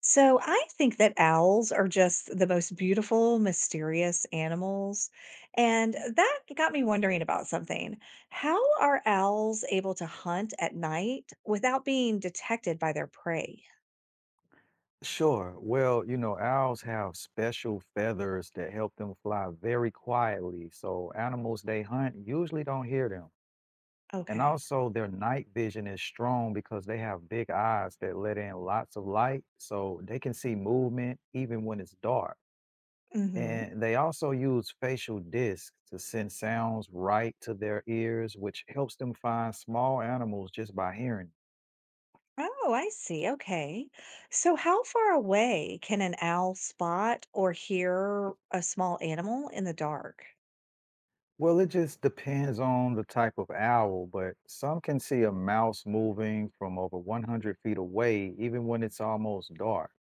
So I think that owls are just the most beautiful, mysterious animals. And that got me wondering about something. How are owls able to hunt at night without being detected by their prey? Sure. Well, you know, owls have special feathers that help them fly very quietly, so animals they hunt usually don't hear them. And Okay. also, their night vision is strong because they have big eyes that let in lots of light, so they can see movement even when it's dark. hmm And they also use facial discs to send sounds right to their ears, which helps them find small animals just by hearing. Oh, I see. Okay. So how far away can an owl spot or hear a small animal in the dark? Well, it just depends on the type of owl, but some can see a mouse moving from over 100 feet away, even when it's almost dark.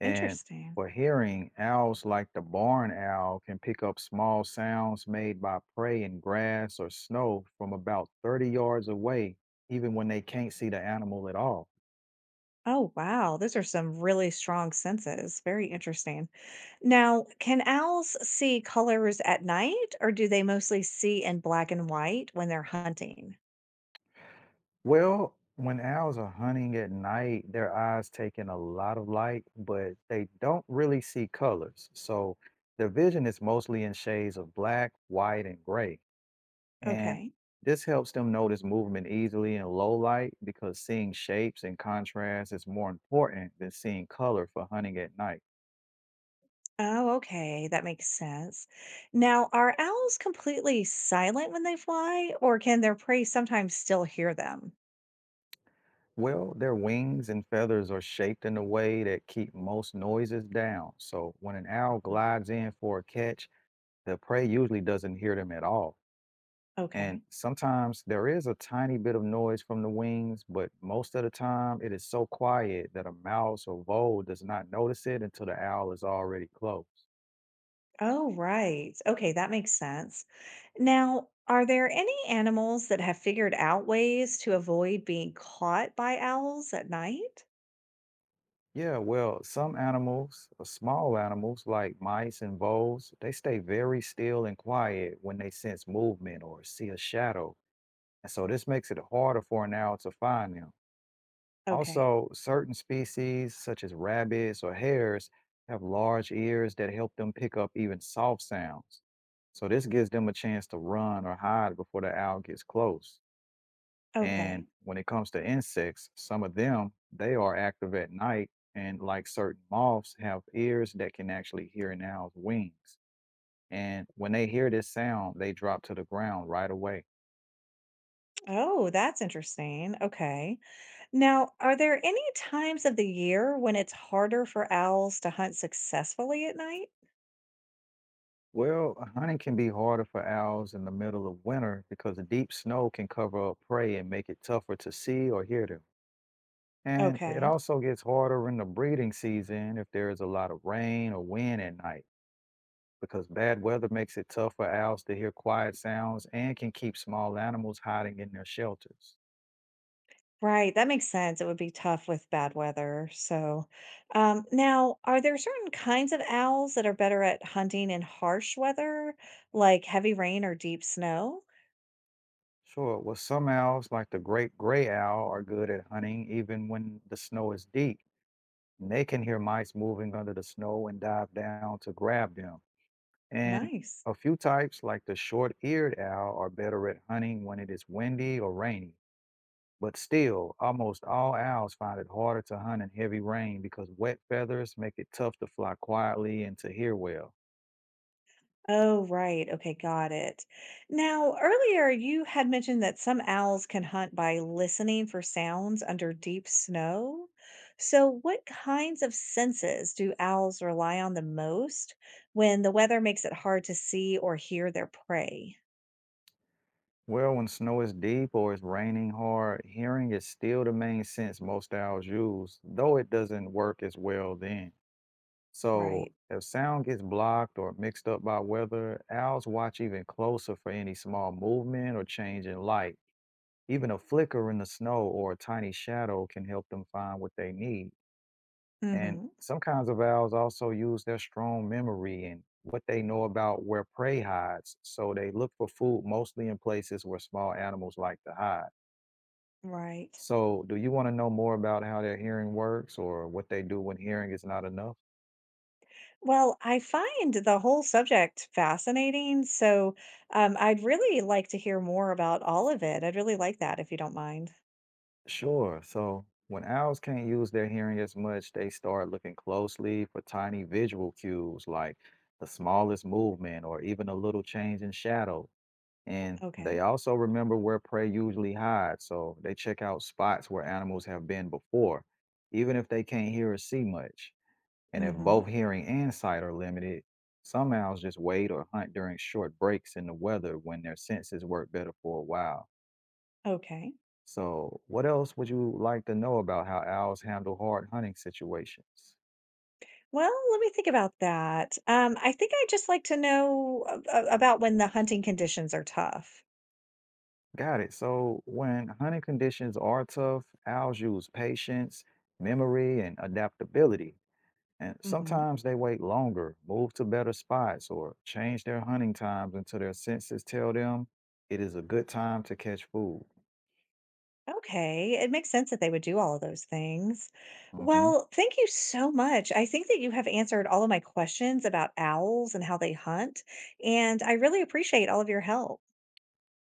And Interesting. for hearing, owls like the barn owl can pick up small sounds made by prey in grass or snow from about 30 yards away, even when they can't see the animal at all. Oh, wow. Those are some really strong senses. Very interesting. Now, can owls see colors at night, or do they mostly see in black and white when they're hunting? Well, when owls are hunting at night, their eyes take in a lot of light, but they don't really see colors. So their vision is mostly in shades of black, white, and gray. And Okay. this helps them notice movement easily in low light because seeing shapes and contrast is more important than seeing color for hunting at night. Oh, okay. That makes sense. Now, are owls completely silent when they fly, or can their prey sometimes still hear them? Well, their wings and feathers are shaped in a way that keep most noises down. So when an owl Mhm. glides in for a catch, the prey usually doesn't hear them at all. And Okay. sometimes there is a tiny bit of noise from the wings, but most of the time it is so quiet that a mouse or vole does not notice it until the owl is already close. Oh, right. Okay. That makes sense. Now, are there any animals that have figured out ways to avoid being caught by owls at night? Yeah, well, some animals, small animals like mice and voles, they stay very still and quiet when they sense movement or see a shadow. And so this makes it harder for an owl to find them. Okay. Also, certain species, such as rabbits or hares, have large ears that help them pick up even soft sounds. So, this gives them a chance to run or hide before the owl gets close. And Okay. when it comes to insects, some of them, they are active at night. And like certain moths, have ears that can actually hear an owl's wings. And when they hear this sound, they drop to the ground right away. Oh, that's interesting. Okay. Now, are there any times of the year when it's harder for owls to hunt successfully at night? Well, hunting can be harder for owls in the middle of winter because the deep snow can cover up prey and make it tougher to see or hear them. And it Okay. also gets harder in the breeding season if there is a lot of rain or wind at night because bad weather makes it tough for owls to hear quiet sounds and can keep small animals hiding in their shelters. Right. That makes sense. It would be tough with bad weather. So, now, are there certain kinds of owls that are better at hunting in harsh weather, like heavy rain or deep snow? Sure, well, some owls, like the great gray owl, are good at hunting even when the snow is deep. And they can hear mice moving under the snow and dive down to grab them. And Nice. a few types, like the short eared owl, are better at hunting when it is windy or rainy. But still, almost all owls find it harder to hunt in heavy rain because wet feathers make it tough to fly quietly and to hear well. Oh, right. Okay, got it. Now, earlier you had mentioned that some owls can hunt by listening for sounds under deep snow. So, what kinds of senses do owls rely on the most when the weather makes it hard to see or hear their prey? Well, when snow is deep or it's raining hard, hearing is still the main sense most owls use, though it doesn't work as well then. So, Right. if sound gets blocked or mixed up by weather, owls watch even closer for any small movement or change in light. Even a flicker in the snow or a tiny shadow can help them find what they need. And hmm some kinds of owls also use their strong memory and what they know about where prey hides. So they look for food mostly in places where small animals like to hide. Right. So, do you want to know more about how their hearing works or what they do when hearing is not enough? Well, I find the whole subject fascinating. So, I'd really like to hear more about all of it. I'd really like that if you don't mind. Sure. So, when owls can't use their hearing as much, they start looking closely for tiny visual cues like the smallest movement or even a little change in shadow. And they Okay. also remember where prey usually hide, so they check out spots where animals have been before, even if they can't hear or see much. And if Hmm. both hearing and sight are limited, some owls just wait or hunt during short breaks in the weather when their senses work better for a while. Okay. So, what else would you like to know about how owls handle hard hunting situations? Well, let me think about that. I think I'd just like to know a about when the hunting conditions are tough. Got it. So, when hunting conditions are tough, owls use patience, memory, and adaptability. And Mhm. sometimes they wait longer, move to better spots, or change their hunting times until their senses tell them it is a good time to catch food. Okay, it makes sense that they would do all of those things. Hmm. Well, thank you so much. I think that you have answered all of my questions about owls and how they hunt, and I really appreciate all of your help.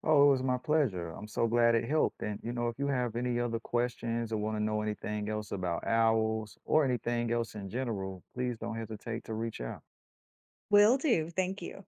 Oh, it was my pleasure. I'm so glad it helped. And, you know, if you have any other questions or want to know anything else about owls or anything else in general, please don't hesitate to reach out. Will do. Thank you.